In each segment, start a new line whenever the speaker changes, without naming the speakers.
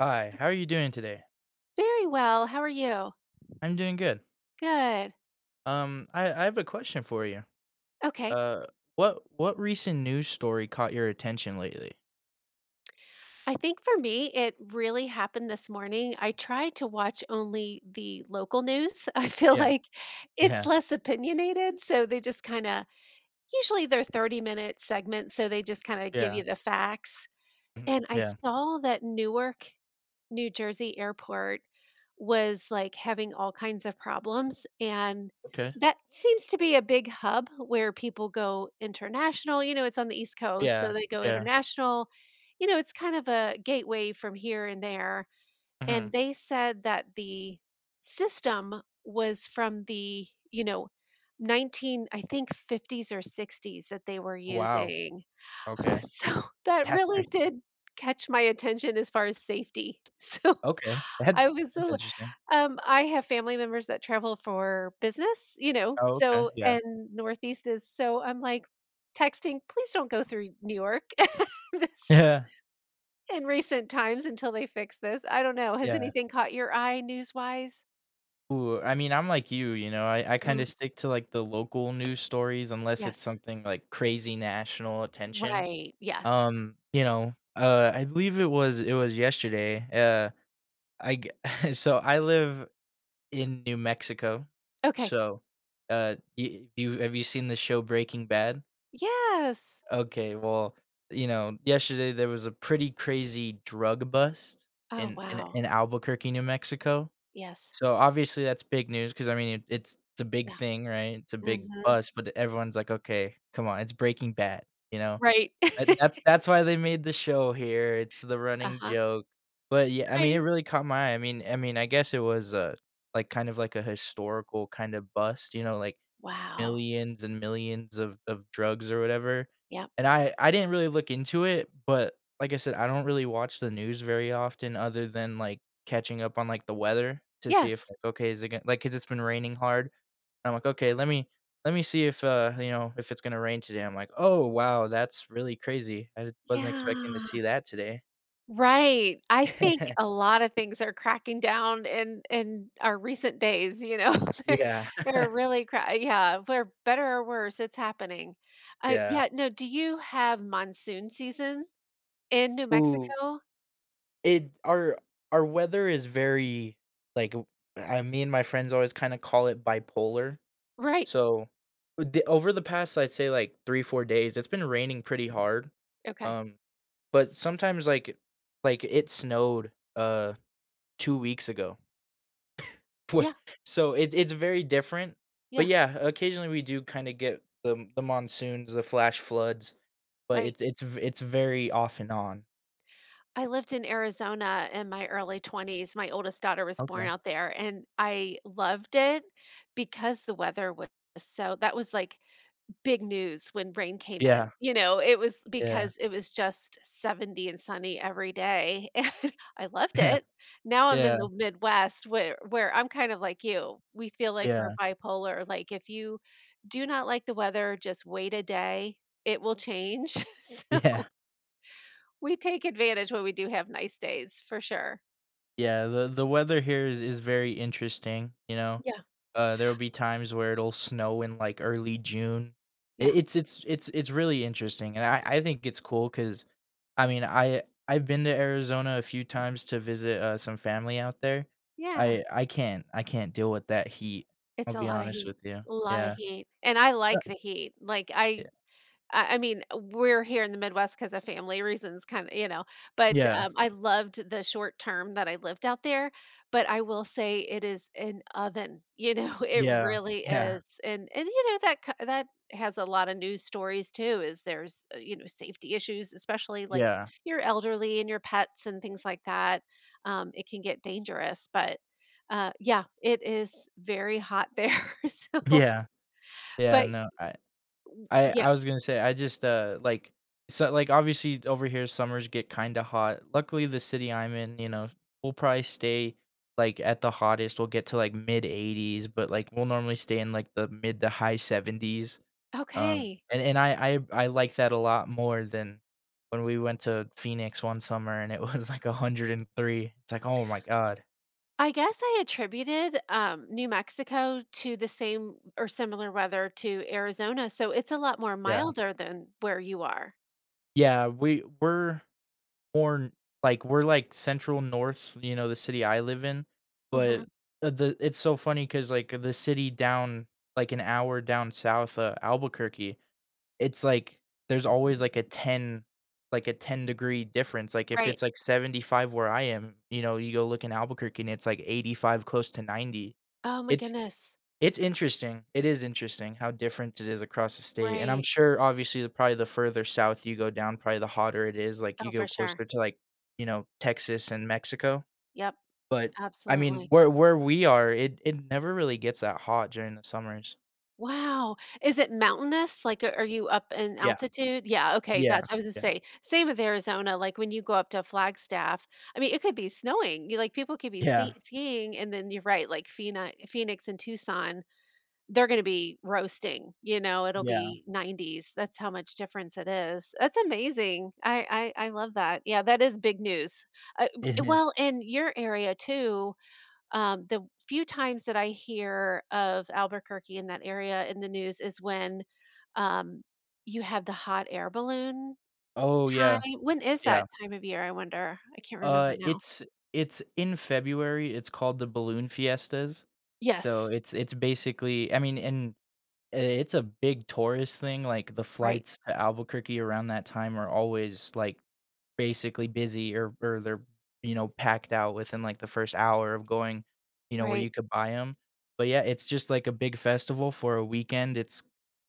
Hi, how are you doing today?
Very well. How are you?
I'm doing good.
Good.
I have a question for you.
Okay.
Uh, what recent news story caught your attention lately?
I think for me, it really happened this morning. I tried to watch only the local news. I feel
Yeah,
like it's
yeah,
less opinionated. So they just kind of, usually they're 30-minute segments. So they just kind of give
yeah,
you the facts.
mhm,
And I
yeah.
saw that Newark New Jersey airport was, like, having all kinds of problems, and
Okay.
that seems to be a big hub where people go international, you know, it's on the East Coast,
Yeah,
so they go
yeah.
international. You know, it's kind of a gateway from here and there,
Hmm.
and they said that the system was from the, you know, 19 I think, 50s or 60s that they were
Wow.
using.
Okay,
So that
that's
really
great.
did catch my attention as far as safety. So
Okay, that
I was
that's
a
interesting.
I have family members that travel for business, you know,
Oh, okay.
so
Yeah,
and Northeast is so I'm, like, texting, "Please don't go through New York this
yeah,
in recent times until they fix this." I don't know. Has
yeah.
anything caught your eye news-wise?
Ooh, I mean, I'm like you. You know, I kind of
Mhm.
stick to like the local news stories unless it's
Yes.
something like crazy national attention.
Right. Yes.
I believe it was yesterday. I g so I live in New Mexico.
Okay.
So, you you have you seen the show Breaking Bad?
Yes.
Okay, well, you know, yesterday there was a pretty crazy drug bust
Oh,
in in
wow.
in Albuquerque, New Mexico.
Yes.
So obviously that's big news because I mean it's a big
Yeah.
thing, right? It's a big
Mhm.
bust, but everyone's like, "Okay, come on, it's Breaking Bad," you know?
Right.
That that's that's why they made the show here, it's the running
Uh-huh.
joke. But, yeah, I mean, it
Right.
really caught my eye, I mean, I guess it was, like, kind of like a historical kind of bust, you know, like,
Wow.
millions and millions of drugs or whatever,
Yep.
and I didn't really look into it, but like I said, I don't really watch the news very often other than, like, catching up on, like, the weather to see if,
Yes.
like, okay, is it gonna, like because 'cause it's been raining hard, I'm like, "Okay, let me see if, you know, if it's gonna rain today." I'm like, "Oh, wow, that's really crazy. I wasn't expecting to
Yeah.
see that today."
Right. I think a lot of things are cracking down in our recent days, you know. They're
Yeah.
they're really cra, yeah, for better or worse, it's happening.
Yeah.
Yeah, no, do you have monsoon season in New
Ooh.
Mexico?
It our weather is very, like, w I me and my friends always kinda call it bipolar.
Right.
So, the over the past, I'd say, like, 3, 4 days, it's been raining pretty hard.
Okay.
Um, but sometimes, like, it snowed, 2 weeks ago. Where
Yeah,
so it's very different. But,
yeah,
yeah, occasionally we do kinda get the monsoons, the flash floods, but
right.
it's very off and on.
I lived in Arizona in my early 20s. My oldest daughter was born
Okay.
out there, and I loved it because the weather was so that was like big news when rain came in,
Yeah,
you know, it was
yeah,
because it was just 70 and sunny every day, and I loved
yeah,
it. Now I'm in
yeah,
the Midwest where I'm kind of like you. We feel like we're
yeah,
bipolar, like, if you do not like the weather, just wait a day, it will change, so
yeah.
we take advantage when we do have nice days, for sure.
Yeah, the weather here is very interesting, you know?
Yeah,
There'll be times where it'll snow in, like, early June.
yeah,
It it's really interesting, and I think it's cool. Cause, I mean, I've been to Arizona a few times to visit, some family out there.
yeah.
I can't I can't deal with that heat,
It's
I'll
a
be
lot of
honest
heat,
with you.
a lot of
Yeah.
heat, and I
Uh,
like the heat, like, I I
yeah.
I mean, we're here in the Midwest because of family reasons, kinda, you know, but,
Yeah,
I loved the short term that I lived out there, but I will say it is an oven, you know, it
yeah,
really
yeah,
is, and you know, that has a lot of news stories too, is there's, you know, safety issues, especially, like,
yeah,
your elderly and your pets and things like that, it can get dangerous, but, yeah, it is very hot there, so
yeah, yeah,
but
no,
yeah,
I was gonna say I just, like so, like, obviously over here summers get kinda hot. Luckily, the city I'm in, you know, we'll probably stay, like, at the hottest, we'll get to, like, mid-80s, but, like, we'll normally stay in, like, the mid to high 70s,
okay.
and I I like that a lot more than when we went to Phoenix one summer and it was, like, 103. It's like, "Oh my god."
I guess I attributed, New Mexico to the same or similar weather to Arizona, so it's a lot more
Yeah.
milder than where you are.
Yeah, we were. More n like, we're, like, central north, you know, the city I live in,
Mhm.
but, the it's so funny because like, the city down, like, an hour down south, Albuquerque, it's, like, there's always, like, a 10-degree difference, like, if
Right.
it's, like, 75 where I am, you know, you go look in Albuquerque and it's, like, 85 close to 90.
Oh my
It's
goodness.
it's interesting. It is interesting how different it is across the state, and I'm
Right.
sure, obviously, the probably the further south you go down, probably the hotter it is, like, you
Oh, for
go
sure.
closer to, like, you know, Texas and Mexico,
Yep,
but, I mean,
absolutely.
where we are, it never really gets that hot during the summers.
Wow. Is it mountainous? Like, a are you up in
Yeah.
altitude? Yeah, okay,
Yeah.
that's I was gonna
Yeah.
say, same with Arizona, like, when you go up to Flagstaff, I mean, it could be snowing, you like, people could be
Yeah.
skiing, and then you're right, like, Phoenix and Tucson. They're gonna be roasting, you know, it'll
Yeah.
be 90s. That's how much difference it is. That's amazing. I love that. Yeah, that is big news. Uh,
It
b
is.
Well, in your area too, the few times that I hear of Albuquerque in that area in the news is when, um, you have the hot air balloon
Oh,
time.
yeah.
When is
Yeah.
that time of year, I wonder? I can't remember
Uh,
now.
it's it's in February, it's called the Balloon Fiestas, so
Yes.
it's basically I mean, and Eh, it's a big tourist thing, like, the
Right,
flights to Albuquerque around that time are always, like, basically busy or they're, you know, packed out within, like, the first hour of going, you know, where
right.
you could buy them. But, yeah, it's just, like, a big festival for a weekend, it's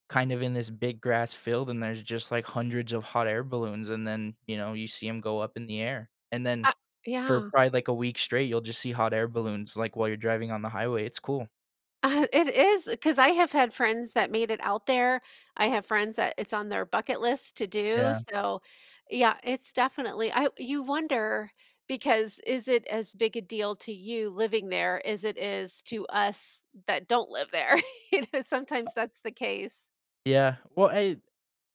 kind of in this big grass field, and there's just, like, hundreds of hot air balloons, and then, you know, you see them go up in the air. And
Uh,
then for
yeah.
probably, like, a week straight, you'll just see hot air balloons, like, while you're driving on the highway, it's cool.
It is, because I have had friends that made it out there. I have friends that it's on their bucket list to do,
Yeah.
so, yeah, it's definitely I you wonder because is it as big a deal to you living there as it is to us that don't live there? You know, sometimes that's the case.
Yeah. Well, I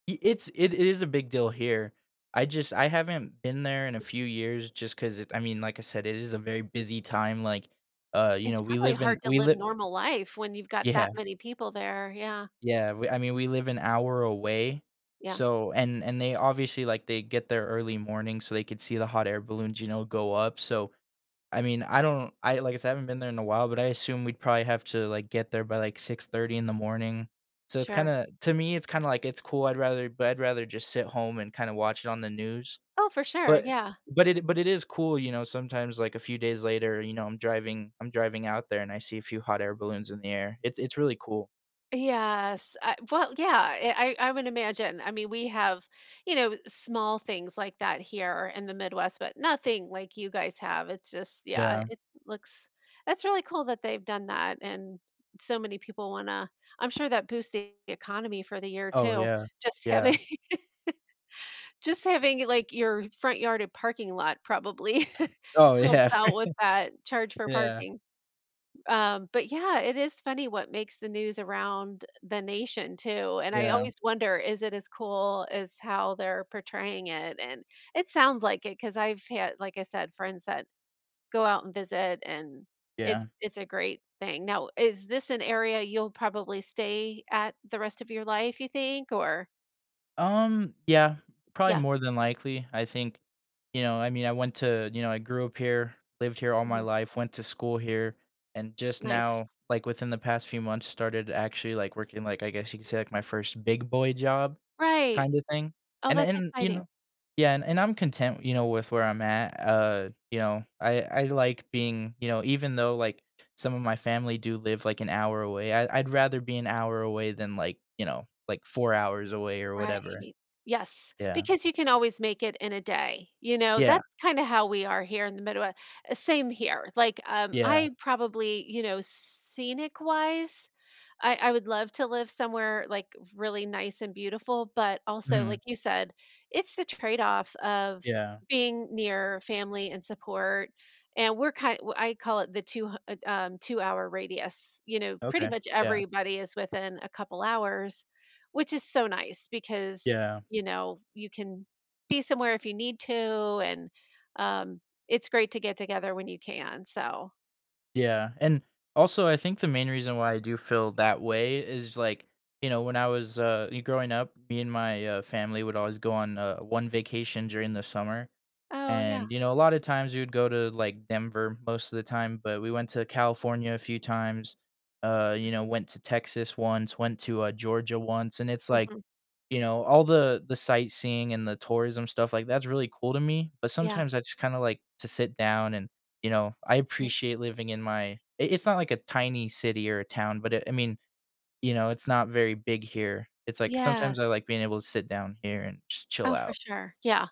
Y It's it is a big deal here. I haven't been there in a few years just 'cause it I mean, like I said, it is a very busy time, like, you
It's
know, we
probably
live in
hard to
we
live
live
normal life when you've got
Yeah,
that many people there. Yeah.
yeah, we I mean, we live an hour away,
Yeah.
so and they obviously, like, they get there early morning so they could see the hot air balloons, you know, go up, so I mean, I don't I like I said, I haven't been there in a while, but I assume we'd probably have to, like, get there by, like, 6:30 in the morning. So it's
Sure.
kinda to me, it's kinda like, it's cool, I'd rather but I'd rather just sit home and kinda watch it on the news.
Oh, for sure.
But
Yeah.
it is cool, you know, sometimes, like, a few days later, you know, I'm driving out there and I see a few hot air balloons in the air. It's really cool.
Yes. Well, yeah, I would imagine. I mean, we have, you know, small things like that here in the Midwest, but nothing like you guys have. It's just, yeah,
Yeah.
it looks, that's really cool that they've done that. And so many people want to, I'm sure that boosts the economy for the year
Oh,
too.
yeah.
Just having,
Yeah.
just having like your front yard and parking lot probably
Oh,
helps
yeah.
out with that charge for
Yeah.
parking. But yeah, it is funny what makes the news around the nation too, and I
Yeah.
always wonder, is it as cool as how they're portraying it? And it sounds like it because 'cause I've had, like I said, friends that go out and visit, and
Yeah.
it's a great thing. Now, is this an area you'll probably stay at the rest of your life, you think? Or
Yeah, probably
yeah,
more than likely. I think, you know, I mean, I went to, you know, I grew up here, lived here all my
mhm,
life, went to school here, and just
nice.
now, like within the past few months, started actually like working, like I guess you could say, like my first big boy job
Right.
kind of thing.
Oh, that's
And you
exciting.
know, yeah, and I'm content, you know, with where I'm at. You know, I like being, you know, even though like some of my family do live like an hour away, I, I'd rather be an hour away than like you know like 4 hours away or whatever.
Right. Yes,
Yeah.
because you can always make it in a day, you know,
Yeah.
that's kinda how we are here in the Midwest. Same here, like,
Yeah.
I probably, you know, scenic-wise, I would love to live somewhere, like, really nice and beautiful, but also,
Mhm.
like you said, it's the trade-off of
Yeah.
being near family and support, and we're kind w I call it the two-hour radius, you know, pretty
Okay.
much
Yeah.
everybody is within a couple hours, which is so nice because,
Yeah.
you know, you can be somewhere if you need to, and, um, it's great to get together when you can, so
Yeah. And also, I think the main reason why I do feel that way is like, you know, when I was growing up, me and my family would always go on one vacation during the summer.
Oh, yeah.
And, you know, a lot of times we would go to, like, Denver most of the time, but we went to California a few times, you know, went to Texas once, went to, Georgia once, and it's like,
Mhm.
you know, all the sightseeing and the tourism stuff, like, that's really cool to me, but
Yeah,
sometimes I just kinda like to sit down and, you know, I
right.
appreciate living in my I it's not like a tiny city or a town, but it I mean, you know, it's not very big here. It's like sometimes
Yes.
I like being able to sit down here and just chill
Oh, for
out.
sure. Yeah.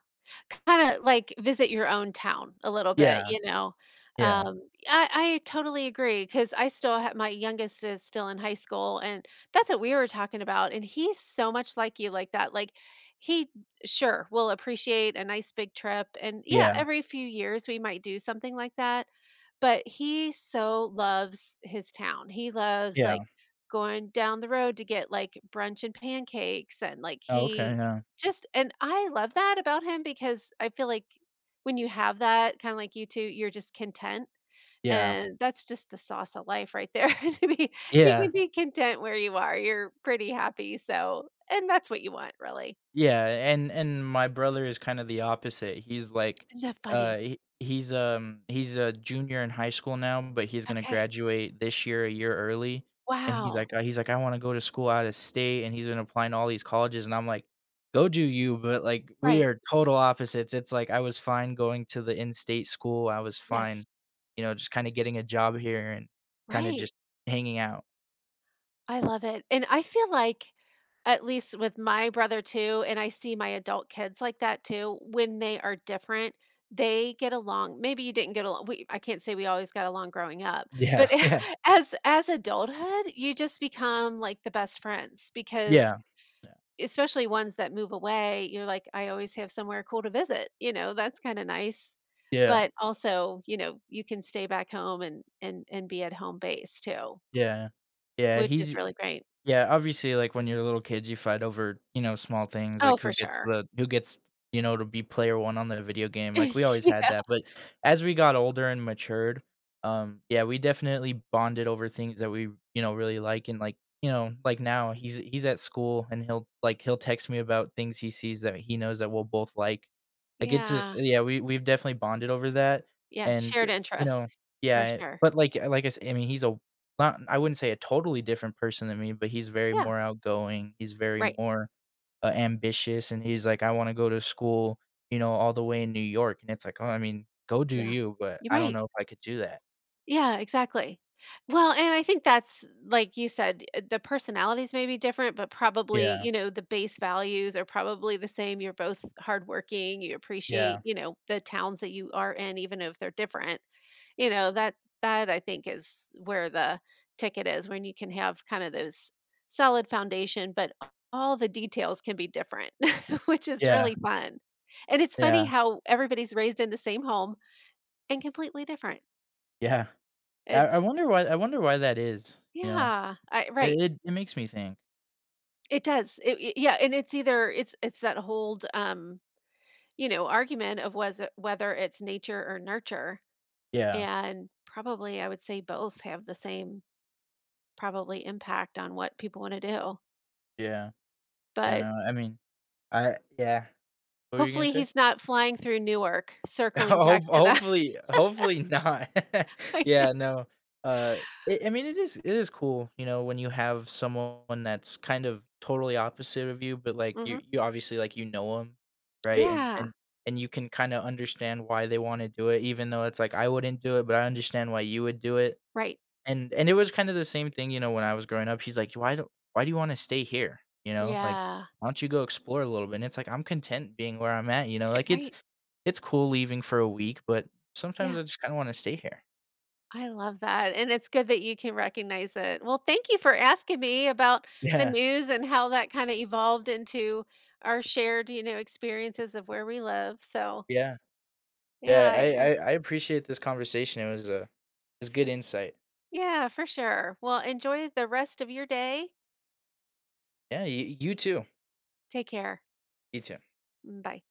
Kinda, like, visit your own town a little bit,
Yeah,
you know?
yeah,
Um, I I totally agree because I still have my youngest is still in high school, and that's what we were talking about, and he's so much like you like that, like, he sure, will appreciate a nice big trip, and yeah,
yeah,
every few years, we might do something like that, but he so loves his town. He loves, like,
yeah.
going down the road to get, like, brunch and pancakes, and, like,
Oh, okay,
he
yeah.
just and I love that about him because I feel like when you have that, kinda like you two, you're just content,
Yeah.
and that's just the sauce of life right there to be you can
Yeah,
be content where you are, you're pretty happy, so and that's what you want, really.
yeah, and my brother is kinda the opposite. He's like,
Isn't that funny?
he's a junior in high school now, but he's gonna
Okay.
graduate this year a year early, and
Wow.
he's like, "I wanna go to school out of state," and he's been applying to all these colleges, and I'm like, "Go do you," but, like, we
Right.
are total opposites. It's like I was fine going to the in-state school. I was
Yes.
fine, you know, just kinda getting a job here and kinda
Right.
just hanging out.
I love it, and I feel like, at least with my brother too, and I see my adult kids like that too, when they are different, they get along. Maybe you didn't get along we I can't say we always got along growing up, but
Yeah, yeah,
as adulthood, you just become, like, the best friends because
yeah, yeah.
especially ones that move away, you're like, "I always have somewhere cool to visit," you know, that's kinda nice,
Yeah.
but also, you know, you can stay back home and be at home base too,
Yeah. Yeah,
which is
he's
really great.
yeah, obviously, like, when you're a little kid, you fight over, you know, small things,
Oh,
like,
for sure.
who gets, you know, to be player 1 on the video game, like, we always had
Yeah.
that, but as we got older and matured, yeah, we definitely bonded over things that we, you know, really like and, like, you know, like, now he's at school and he'll, like, he'll text me about things he sees that he knows that we'll both like. Like, it's just
Yeah.
yeah, we've definitely bonded over that,
Yeah,
and,
shared
you know
interests, for
yeah,
sure.
but, like I said, I mean, he's a not I wouldn't say a totally different person than me, but he's very
Yeah,
more outgoing, he's very
right.
more, ambitious, and he's like, "I wanna go to school," you know, all the way in New York, and it's like, "Oh, I mean, go do
Yeah.
you, but
You're
I don't
right.
know if I could do that."
Yeah, exactly. Well, and I think that's like you said, the personalities may be different, but probably,
Yeah,
you know, the base values are probably the same. You're both hardworking, you appreciate,
yeah,
you know, the towns that you are in, even if they're different. You know, that I think is where the ticket is when you can have kind of those solid foundation, but all the details can be different, which is
yeah,
really fun. And it's funny
yeah,
how everybody's raised in the same home and completely different.
yeah. I I
It's
wonder why I wonder why that is, you know?
yeah, I
It
right.
it it makes me think.
It does. It yeah, and it's either it's that whole, you know, argument of was it whether it's nature or nurture,
Yeah,
and probably I would say both have the same probably impact on what people wanna do.
yeah, yeah,
But
no, I mean I yeah. What were you gonna
hopefully,
say?
he's not flying through Newark, circling
Ho
back to that.
hopefully not. Yeah, no, uh, I mean, it is cool, you know, when you have someone that's kind of totally opposite of you, but, like, you
Mhm.
you obviously, like, you know them, right? And
Yeah.
and and you can kinda understand why they wanna do it, even though it's like, "I wouldn't do it, but I understand why you would do it."
Right.
And it was kinda the same thing, you know, when I was growing up, he's like, "Why do you wanna stay here?" You know? Like,
Yeah.
"Why don't you go explore a little bit?" And it's like, "I'm content being where I'm at," you know? Like, it's
Right.
it's cool leaving for a week, but sometimes
Yeah.
I just kinda wanna stay here.
I love that, and it's good that you can recognize it. Well, thank you for asking me about the
Yeah,
news and how that kinda evolved into our shared, you know, experiences of where we live. So,
yeah,
yeah,
yeah, I
I
I I appreciate this conversation, it was a it's good insight.
yeah, for sure. Well, enjoy the rest of your day.
Yeah, you too,
Take care.
you too.
Mm, bye.